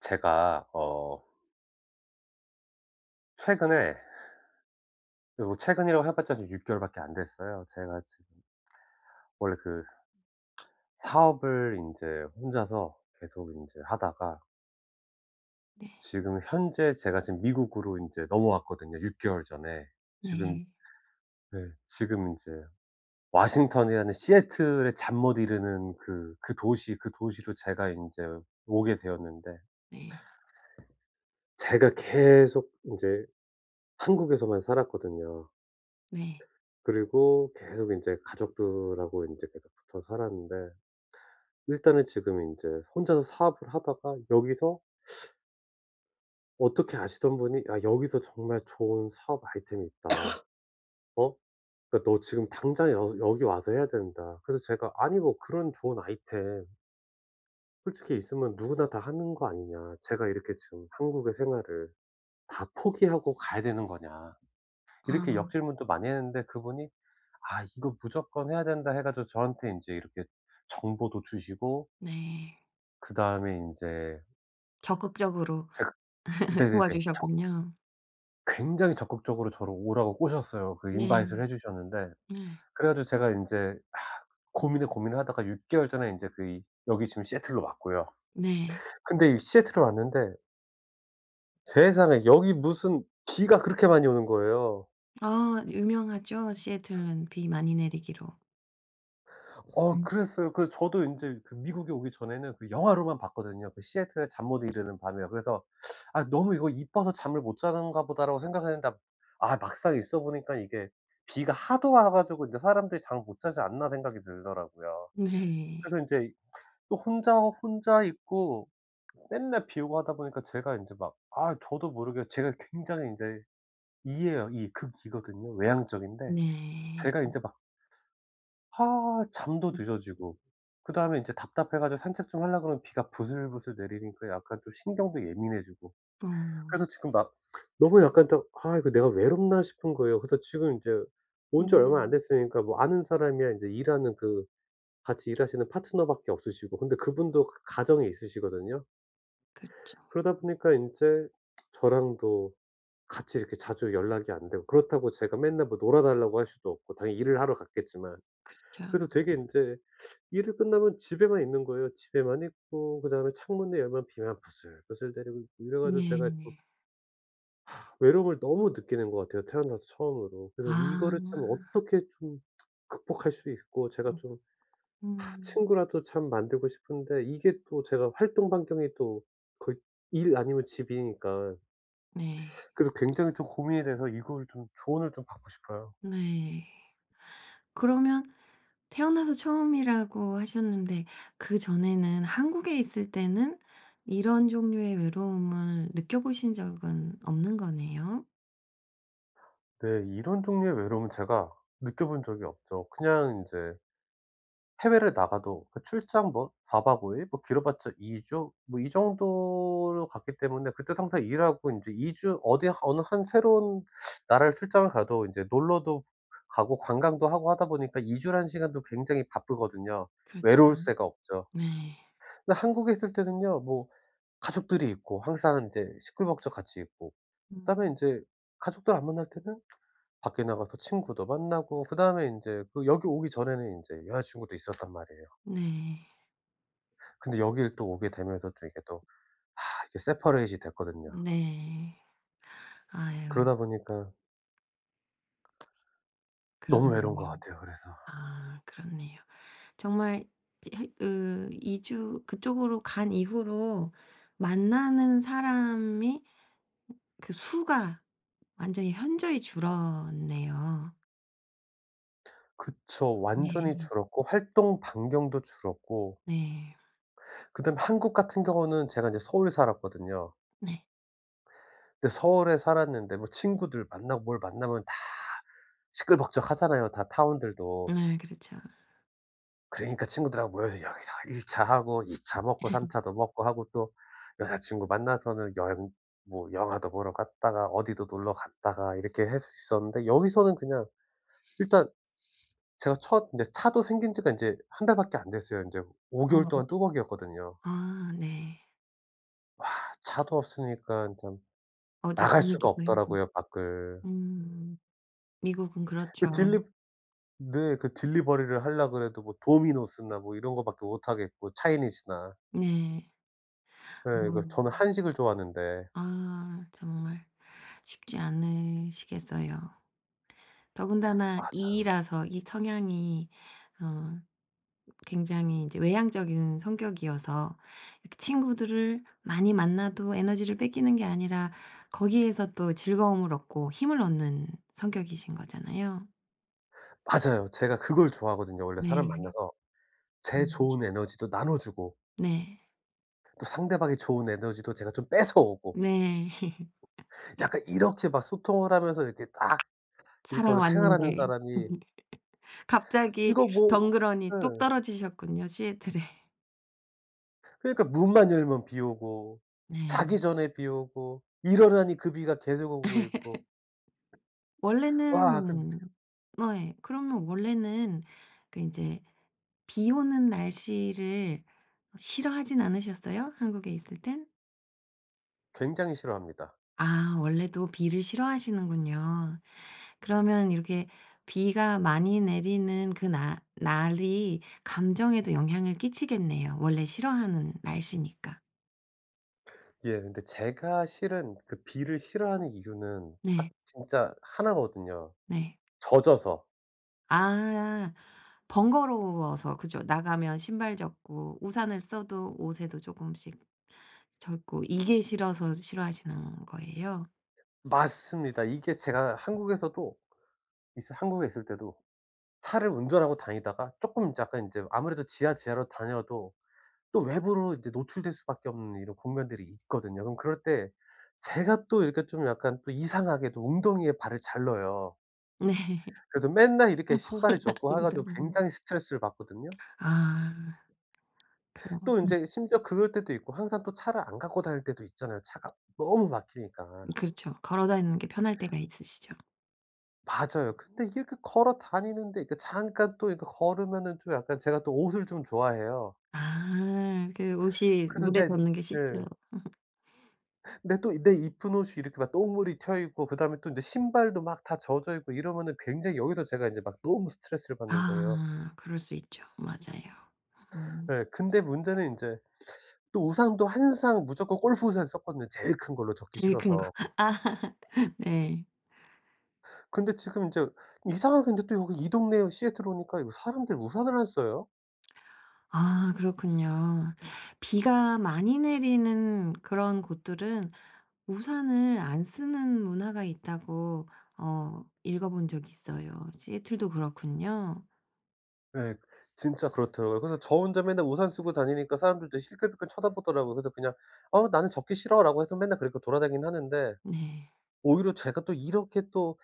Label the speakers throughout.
Speaker 1: 제가 최근에 요 최근이라고 해 봤자 지금 6개월 개월밖에 안 됐어요. 제가 지금 원래 그 사업을 인제 혼자서 계속 인제 하다가
Speaker 2: 네.
Speaker 1: 지금 현재 제가 지금 미국으로 인제 넘어왔거든요, 6개월 개월 전에. 지금
Speaker 2: 네.
Speaker 1: 네. 지금 인제 워싱턴이라는 시애틀의 잠 못 이루는 그 그 도시 그 도시로 제가 인제 오게 되었는데
Speaker 2: 네.
Speaker 1: 제가 계속 인제 한국에서만 살았거든요.
Speaker 2: 네.
Speaker 1: 그리고 계속 인제 가족들하고 인제 계속 붙어 살았는데 일단은 지금 인제 혼자서 사업을 하다가 여기서 어떻게 아시던 분이 "야, 여기서 정말 좋은 사업 아이템이 있다. 어? 그러니까 너 지금 당장 여 여기 와서 해야 된다." 그래서 제가 "아니 뭐 그런 좋은 아이템 솔직히 있으면 누구나 다 하는 거 아니냐. 제가 이렇게 지금 한국의 생활을 다 포기하고 가야 되는 거냐." 이렇게
Speaker 2: 아,
Speaker 1: 역질문도 많이 했는데 그분이 아, 이거 무조건 해야 된다 해 가지고 저한테 인제 이렇게 정보도 주시고
Speaker 2: 네.
Speaker 1: 그다음에 인제
Speaker 2: 적극적으로
Speaker 1: 제가 네네네. 적
Speaker 2: 도와주셨군요.
Speaker 1: 굉장히 적극적으로 저를 오라고 꼬셨어요. 그 인바이트를
Speaker 2: 네.
Speaker 1: 해 주셨는데
Speaker 2: 네.
Speaker 1: 그래 가지고 제가 인제 아, 고민에 고민을 하다가 6개월 개월 전에 인제 그 이 여기 지금 시애틀로 왔고요.
Speaker 2: 네.
Speaker 1: 근데 이 시애틀에 왔는데 세상에 여기 무슨 비가 그렇게 많이 오는 거예요.
Speaker 2: 아, 유명하죠. 시애틀은 비 많이 내리기로.
Speaker 1: 어,
Speaker 2: 음.
Speaker 1: 그랬어요. 그 저도 인제 그 미국에 오기 전에는 그 영화로만 봤거든요. 그 시애틀의 잠 못 이루는 밤이요. 그래서 '아 너무 이거 이뻐서 잠을 못 자는가 보다.'라고 생각했는데 아, 아 막상 있어 보니까 이게 비가 하도 와 가지고 인제 '사람들이 잠을 못 자지 않나.' 생각이 들더라고요.
Speaker 2: 네.
Speaker 1: 그래서 인제 또 혼자 혼자 있고 맨날 비 오고 하다 보니까 제가 인제 막 아, 저도 모르게 제가 굉장히 인제 이예요, 이 극이거든요. 외향적인데
Speaker 2: 네.
Speaker 1: 제가 인제 막 아, 잠도 늦어지고 그다음에 인제 답답해 가지고 산책 좀 하려 그러면 비가 부슬부슬 내리니까 약간 또 신경도 예민해지고
Speaker 2: 어.
Speaker 1: 그래서 지금 막 너무 약간 또 '아 이거 내가 외롭나?' 싶은 거예요. 그래서 지금 인제 온 지 얼마 안
Speaker 2: 음.
Speaker 1: 됐으니까 뭐 아는 사람이야 인제 일하는 그 같이 일하시는 파트너밖에 없으시고 근데 그분도 가 가정이 있으시거든요.
Speaker 2: 그렇죠.
Speaker 1: 그러다 보니까 인제 저랑도 같이 이렇게 자주 연락이 안 되고 그렇다고 제가 맨날 뭐 놀아 달라고 할 수도 없고 당연히 일을 하러 갔겠지만
Speaker 2: 그렇죠.
Speaker 1: 그래서 되게 인제 일을 끝나면 집에만 있는 거예요. 집에만 있고 그다음에 창문을 열면 비만 부슬부슬 내리고 이래 가지고
Speaker 2: 네.
Speaker 1: 제가 좀
Speaker 2: 네.
Speaker 1: 외로움을 너무 느끼는 것 같아요, 태어나서 처음으로. 그래서
Speaker 2: 아.
Speaker 1: 이거를 참 어떻게 좀 극복할 수 있고 제가 좀
Speaker 2: 음.
Speaker 1: 친구라도 참 만들고 싶은데 이게 또 제가 활동 반경이 또 거의 일 아니면 집이니까
Speaker 2: 네.
Speaker 1: 그래서 굉장히 좀 고민이 돼서 이걸 좀 조언을 좀 받고 싶어요.
Speaker 2: 네. 그러면 태어나서 처음이라고 하셨는데 그전에는 한국에 있을 때는 이런 종류의 외로움을 느껴보신 적은 없는 거네요?
Speaker 1: 네. 이런 종류의 외로움은 제가 느껴본 적이 없죠. 그냥 인제 해외를 나가도 그 출장 뭐 4 박 5 일 뭐 길어봤자 2 주 뭐 이 정도로 갔기 때문에 그땐 항상 일하고 인제 2주 어디 어느 한 새로운 나라를 출장을 가도 인제 놀러도 가고 관광도 하고 하다 보니까 2 주라는 시간도 굉장히 바쁘거든요.
Speaker 2: 그렇죠.
Speaker 1: 외로울 새가 없죠.
Speaker 2: 네.
Speaker 1: 근데 한국에 있을 때는요 뭐 가족들이 있고 항상 인제 시끌벅적 같이 있고 그다음에
Speaker 2: 음.
Speaker 1: 인제 가족들 안 만날 때는 밖에 나가서 친구도 만나고 그다음에 인제 그 여기 오기 전에는 인제 여자친구도 있었단 말이에요.
Speaker 2: 네.
Speaker 1: 근데 여길 또 오게 되면서 또 이게 또 아, 이게 세퍼레이트 됐거든요.
Speaker 2: 네. 아유,
Speaker 1: 그러다 보니까 너무 외로운 것
Speaker 2: 그렇네요.
Speaker 1: 같아요 그래서.
Speaker 2: 아, 그렇네요. 정말 이, 그 이주 그쪽으로 간 이후로 만나는 사람이, 그 수가 완전히 현저히 줄었네요.
Speaker 1: 그쵸.
Speaker 2: 네.
Speaker 1: 완전히 줄었고 활동 반경도 줄었고
Speaker 2: 네.
Speaker 1: 그다음에 한국 같은 경우는 제가 이제 서울 살았거든요.
Speaker 2: 네.
Speaker 1: 근데 서울에 살았는데 뭐 친구들 만나고 뭘 만나면 다 시끌벅적하잖아요, 다
Speaker 2: 아,
Speaker 1: 타운들도.
Speaker 2: 그렇죠.
Speaker 1: 그러니까 친구들하고 모여서 여기서 1차 하고 2차 먹고 3 차도 먹고 하고 또 여자친구 만나서는 여행 뭐 영화도 보러 갔다가 어디도 놀러 갔다가 이렇게 했었는데 여기서는 그냥 일단 제가 첫 인제 차도 생긴 지가 인제 한 달밖에 안 됐어요. 인제 5개월 개월
Speaker 2: 어.
Speaker 1: 동안 뚜벅이었거든요.
Speaker 2: 아, 네.
Speaker 1: 와, 차도 없으니까 참
Speaker 2: 어디
Speaker 1: 나갈 수가
Speaker 2: 다니기도 하죠.
Speaker 1: 없더라고요 밖을.
Speaker 2: 음. 미국은
Speaker 1: 그 딜리
Speaker 2: 그렇죠.
Speaker 1: 네, 그 딜리버리를 하려 그래도 뭐 도미노스나 뭐 이런 거 밖에 못 하겠고 차이니즈나.
Speaker 2: 네.
Speaker 1: 예, 그 저는
Speaker 2: 음.
Speaker 1: 한식을 좋아하는데
Speaker 2: 아, 정말 쉽지 않으시겠어요. 더군다나 이
Speaker 1: 맞아요.
Speaker 2: 라서 이 성향이, 어, 굉장히 이제 외향적인 성격이어서 이렇게 친구들을 많이 만나도 에너지를 뺏기는 게 아니라 거기에서 또 즐거움을 얻고 힘을 얻는 성격이신 거잖아요.
Speaker 1: 맞아요. 제가 그걸 좋아하거든요. 원래 사람
Speaker 2: 네.
Speaker 1: 만나서 제
Speaker 2: 그런 거죠.
Speaker 1: 좋은 에너지도 나눠주고
Speaker 2: 네.
Speaker 1: 또 상대방의 좋은 에너지도 제가 좀 뺏어오고
Speaker 2: 네.
Speaker 1: 약간 이렇게 막 소통을 하면서 이렇게 딱 이렇게 원래 생활하는
Speaker 2: 살아왔는데
Speaker 1: 사람이
Speaker 2: 갑자기
Speaker 1: 이거 뭐
Speaker 2: 덩그러니 뚝
Speaker 1: 예.
Speaker 2: 떨어지셨군요, 시애틀에.
Speaker 1: 그러니까 문만 열면 비 오고 자기
Speaker 2: 네.
Speaker 1: 전에 비 오고 일어나니 그 비가 계속 오고 있고 와, 그
Speaker 2: 원래는, 네, 그러면 원래는 그제비 오는 날씨를 싫어하진 않으셨어요? 한국에 있을 땐?
Speaker 1: 굉장히 싫어합니다.
Speaker 2: 아, 원래도 비를 싫어하시는군요. 그러면 이렇게 비가 많이 내리는 그 나 날이 감정에도 영향을 끼치겠네요, 원래 싫어하는 날씨니까.
Speaker 1: 예. 근데 제가 싫은 그 비를 싫어하는 이유는 딱
Speaker 2: 네.
Speaker 1: 진짜 하나거든요.
Speaker 2: 네.
Speaker 1: 젖어서.
Speaker 2: 아. 번거로워서 그죠. 나가면 신발 젖고 우산을 써도 옷에도 조금씩 젖고, 이게 싫어서 싫어하시는 거예요?
Speaker 1: 맞습니다. 이게 제가 한국에서도 있어 한국에 있을 때도 차를 운전하고 다니다가 쪼끔 이제 약간 인제 아무래도 지하, 지하로 다녀도 또 외부로 이제 노출될 수밖에 없는 이런 국면들이 있거든요. 그럼 그럴 때 제가 또 이렇게 좀 약간 또 이상하게도 웅덩이에 발을 잘 넣어요.
Speaker 2: 네.
Speaker 1: 그래서 맨날 이렇게 신발이 젖고 해 가지고
Speaker 2: 운동이.
Speaker 1: 굉장히 스트레스를 받거든요.
Speaker 2: 아. 그럼
Speaker 1: 또 인제 심지어 그럴 때도 있고 항상 또 차를 안 갖고 다닐 때도 있잖아요, 차가 너무 막히니까.
Speaker 2: 그렇죠. 걸어 다니는 게 편할 때가 있으시죠.
Speaker 1: 맞아요. 근데 이렇게 걸어 다니는데 그 잠깐 또 이렇게 걸으면은 좀 약간 제가 또 옷을 좀 좋아해요.
Speaker 2: 아. 그 옷이
Speaker 1: 그래서
Speaker 2: 물에
Speaker 1: 내
Speaker 2: 젖는 게 싫죠.
Speaker 1: 예. 근데 또 내 입은 옷이 이렇게 막 똥물이 튀어 있고 그다음에 또 인제 신발도 막 다 젖어 있고 이러면은 굉장히 여기서 제가 인제 막 너무 스트레스를 받는 거예요.
Speaker 2: 아. 그럴 수 있죠. 맞아요. 음.
Speaker 1: 예. 근데 문제는 인제 또 우산도 항상 무조건 골프 우산 썼거든요, 제일 큰 걸로 젖기
Speaker 2: 제일 큰 거.
Speaker 1: 싫어서.
Speaker 2: 아, 네.
Speaker 1: 근데 지금 인제 이상하게 근데 또 여기 이 동네 시애틀 오니까 이거 사람들 우산을 안 써요.
Speaker 2: 아, 그렇군요. 비가 많이 내리는 그런 곳들은 우산을 안 쓰는 문화가 있다고 어 읽어 본 적이 있어요. 시애틀도 그렇군요.
Speaker 1: 네, 진짜 그렇더라고요. 그래서 저 혼자 맨날 우산 쓰고 다니니까 사람들도 실끌실끌 쳐다보더라고요. 그래서 그냥 "어 나는 젖기 싫어."라고 해서 맨날 그렇게 돌아다니긴 하는데
Speaker 2: 네.
Speaker 1: 오히려 제가 또 이렇게 또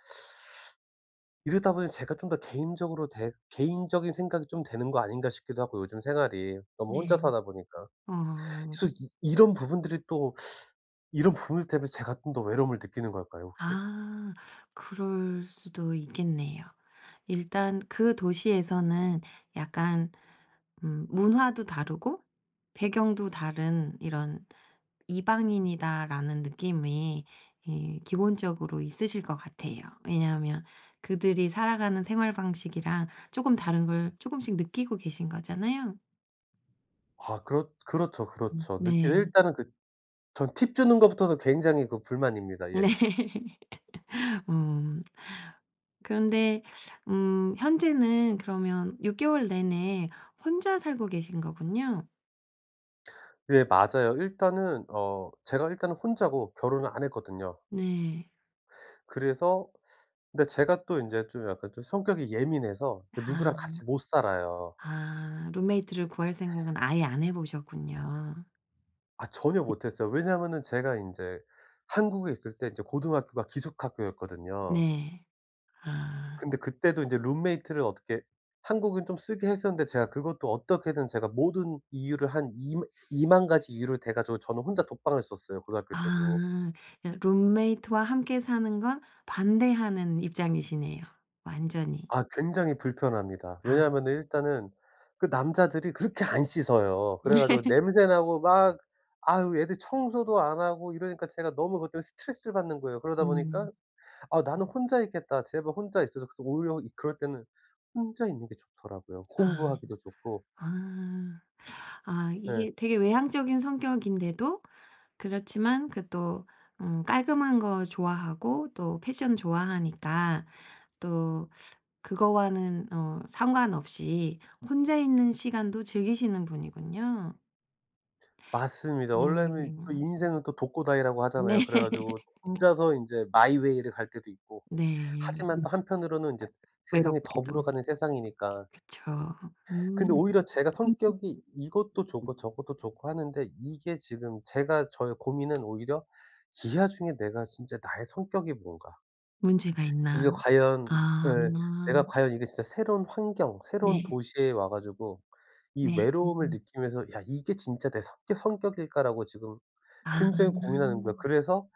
Speaker 1: 이러다 보니 제가 좀 더 개인적으로 되 개인적인 생각이 좀 되는 거 아닌가 싶기도 하고 요즘 생활이 너무 혼자
Speaker 2: 네.
Speaker 1: 사다 보니까.
Speaker 2: 어.
Speaker 1: 그래서 이 이런 부분들이 또 이런 부분들 때문에 제가 좀 더 외로움을 느끼는 걸까요 혹시?
Speaker 2: 아, 그럴 수도 있겠네요. 일단 그 도시에서는 약간, 음, 문화도 다르고 배경도 다른 이런 '이방인이다.'라는 느낌이, 예, 기본적으로 있으실 것 같아요. 왜냐하면 그들이 살아가는 생활 방식이랑 조금 다른 걸 조금씩 느끼고 계신 거잖아요.
Speaker 1: 아, 그렇죠,
Speaker 2: 음,
Speaker 1: 그렇죠. 느끼
Speaker 2: 네.
Speaker 1: 일단은 그 전 팁 주는 것부터도 굉장히 그 불만입니다. 예.
Speaker 2: 네. 음. 그런데 음, 현재는 그러면 6 개월 내내 혼자 살고 계신 거군요.
Speaker 1: 네, 맞아요. 일단은 어, 제가 일단은 혼자고 결혼을 안 했거든요.
Speaker 2: 네.
Speaker 1: 그래서 근데 제가 또 인제 좀 약간 좀 성격이 예민해서 그 누구랑
Speaker 2: 아.
Speaker 1: 같이 못 살아요.
Speaker 2: 아, 룸메이트를 구할 생각은 아예 안 해 보셨군요.
Speaker 1: 아, 전혀 못 했어요. 왜냐하면은 제가 인제 한국에 있을 때 인제 고등학교가 기숙학교였거든요.
Speaker 2: 네. 아.
Speaker 1: 근데 그때도 인제 룸메이트를 어떻게 한국은 좀 쓰게 했었는데 제가 그것도 어떻게든 제가 모든 이유를 한 이만 가지 이유를 대 가지고 저는 혼자 독방을 썼어요 고등학교 때도.
Speaker 2: 아. 그 룸메이트와 함께 사는 건 반대하는 입장이시네요, 완전히.
Speaker 1: 아, 굉장히 불편합니다. 왜
Speaker 2: 아.
Speaker 1: 냐하면 일단은 그 남자들이 그렇게 안 씻어요. 그래 가지고 냄새 나고 막 아유 애들 청소도 안 하고 이러니까 제가 너무 그것 때문에 스트레스를 받는 거예요. 그러다 보니까
Speaker 2: 음.
Speaker 1: '아 나는 혼자 있겠다. 제발 혼자 있어줘.' 그래서 오히려 이 그럴 때는 혼자 있는 게 좋더라고요.
Speaker 2: 아.
Speaker 1: 공부하기도 좋고.
Speaker 2: 아. 아,
Speaker 1: 네,
Speaker 2: 이게 되게 외향적인 성격인데도, 그렇지만 그 또 깔끔한 거 좋아하고 또 패션 좋아하니까, 또 그거와는 어 상관없이 혼자 있는 시간도 즐기시는 분이군요.
Speaker 1: 맞습니다. 원래는 또
Speaker 2: 음.
Speaker 1: 인생은 또 독고다이라고
Speaker 2: 네.
Speaker 1: 하잖아요. 그래 가지고 혼자서 이제 마이 웨이를 갈 때도 있고.
Speaker 2: 네.
Speaker 1: 하지만 또 한편으로는 이제 세상이
Speaker 2: 외롭게도.
Speaker 1: 더불어가는 세상이니까
Speaker 2: 그쵸.
Speaker 1: 근데
Speaker 2: 음.
Speaker 1: 오히려 제가 성격이 이것도 좋고 저것도 좋고 하는데 이게 지금 제가 저의 고민은 오히려 이하중에 내가 진짜 나의 성격이 뭔가
Speaker 2: 문제가
Speaker 1: 이게
Speaker 2: 있나.
Speaker 1: 과연
Speaker 2: 아,
Speaker 1: 예. 내가 과연 이게 진짜 새로운 환경, 새로운
Speaker 2: 네.
Speaker 1: 도시에 와 가지고 이
Speaker 2: 네.
Speaker 1: 외로움을
Speaker 2: 음.
Speaker 1: 느끼면서 '야 이게 진짜 내 성격 성격일까?'라고 지금
Speaker 2: 아,
Speaker 1: 굉장히 고민하는 거예요. 그래서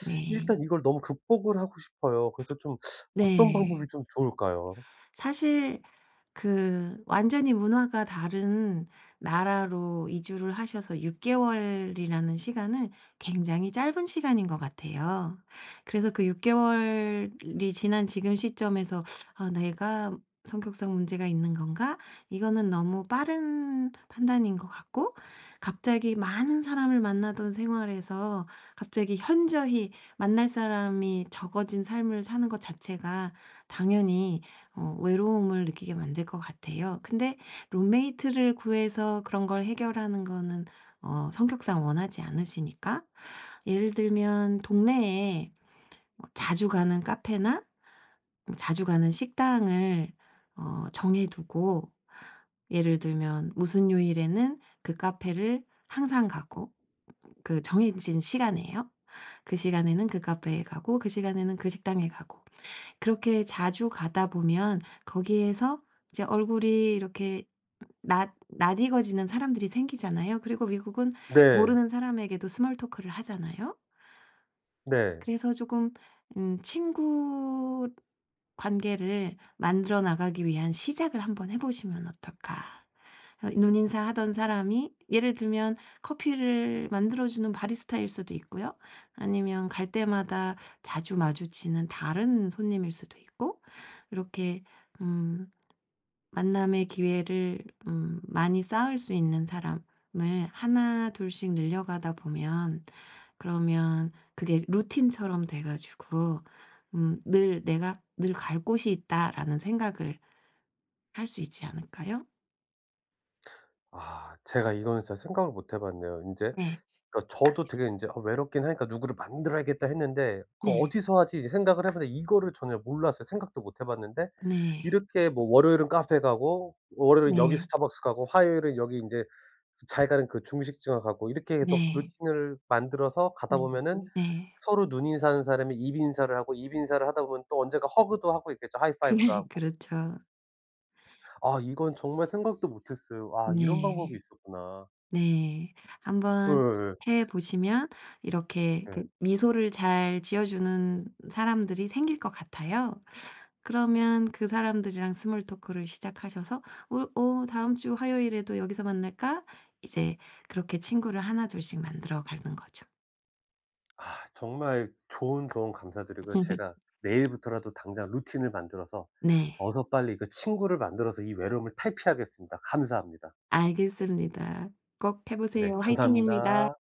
Speaker 2: 네.
Speaker 1: 일단 이걸 너무 극복을 하고 싶어요. 그래서 좀 어떤 방법이
Speaker 2: 네.
Speaker 1: 좀 좋을까요?
Speaker 2: 사실 그 완전히 문화가 다른 나라로 이주를 하셔서 6 개월이라는 시간은 굉장히 짧은 시간인 것 같아요. 그래서 그 6 개월이 지난 지금 시점에서 '아 내가 성격상 문제가 있는 건가?' 이거는 너무 빠른 판단인 것 같고, 갑자기 많은 사람을 만나던 생활에서 갑자기 현저히 만날 사람이 적어진 삶을 사는 것 자체가 당연히 어 외로움을 느끼게 만들 것 같아요. 근데 룸메이트를 구해서 그런 걸 해결하는 거는 어 성격상 원하지 않으시니까 예를 들면 동네에 뭐 자주 가는 카페나 뭐 자주 가는 식당을 어 정해 두고, 예를 들면 무슨 요일에는 그 카페를 항상 가고, 그 정해진 시간에요. 그 시간에는 그 카페에 가고 그 시간에는 그 식당에 가고, 그렇게 자주 가다 보면 거기에서 이제 얼굴이 이렇게 낯 낯익어지는 사람들이 생기잖아요. 그리고 미국은
Speaker 1: 네.
Speaker 2: 모르는 사람에게도 스몰 토크를 하잖아요.
Speaker 1: 네.
Speaker 2: 그래서 조금 음, 친구 관계를 만들어 나가기 위한 시작을 한번 해 보시면 어떨까. 어, 눈인사 하던 사람이 예를 들면 커피를 만들어 주는 바리스타일 수도 있고요. 아니면 갈 때마다 자주 마주치는 다른 손님일 수도 있고, 이렇게 음, 만남의 기회를 많이 쌓을 수 있는 사람을 하나 둘씩 늘려가다 보면, 그러면 그게 루틴처럼 돼 가지고 음, 늘 '내가 늘 갈 곳이 있다.'라는 생각을 할 수 있지 않을까요?
Speaker 1: 아, 제가 이거는 진짜 생각을 못해 봤네요. 인제
Speaker 2: 네.
Speaker 1: 그러니까 저도 되게 인제 '아 외롭긴 하니까 누구를 만들어야겠다.' 했는데 그
Speaker 2: 네.
Speaker 1: 어디서 하지?' 이제 생각을 해 봤는데 이거를 전혀 몰랐어요. 생각도 못해 봤는데
Speaker 2: 네.
Speaker 1: 이렇게 뭐 월요일은 카페 가고 월요일은 여기
Speaker 2: 네.
Speaker 1: 스타벅스 가고 화요일은 여기 인제 자기가 아는 그 중식집에 가고 이렇게 해서
Speaker 2: 네.
Speaker 1: 루틴을 만들어서 가다
Speaker 2: 음,
Speaker 1: 보면은
Speaker 2: 네.
Speaker 1: 서로 눈인사하는 사람이 입인사를 하고 입인사를 하다 보면 또 언젠가 허그도 하고 있겠죠. 하이파이브도
Speaker 2: 그래,
Speaker 1: 하고.
Speaker 2: 그렇죠.
Speaker 1: 아, 이건 정말 생각도 못 했어요. 아, 이런 방법이
Speaker 2: 네.
Speaker 1: 있었구나.
Speaker 2: 네. 한번
Speaker 1: 예예.
Speaker 2: 해 보시면 이렇게
Speaker 1: 네.
Speaker 2: 그 미소를 잘 지어 주는 사람들이 생길 것 같아요. 그러면 그 사람들이랑 스몰 토크를 시작하셔서 우, 어 "다음 주 화요일에도 여기서 만날까?" 이제 그렇게 친구를 하나둘씩 만들어 가는 거죠.
Speaker 1: 아, 정말 좋은 조언 감사드리고요. 제가 내일부터라도 당장 루틴을 만들어서
Speaker 2: 네.
Speaker 1: 어서 빨리 그 친구를 만들어서 이 외로움을 탈피하겠습니다. 감사합니다.
Speaker 2: 알겠습니다. 꼭 해
Speaker 1: 네,
Speaker 2: 보세요. 화이팅입니다.
Speaker 1: 감사합니다.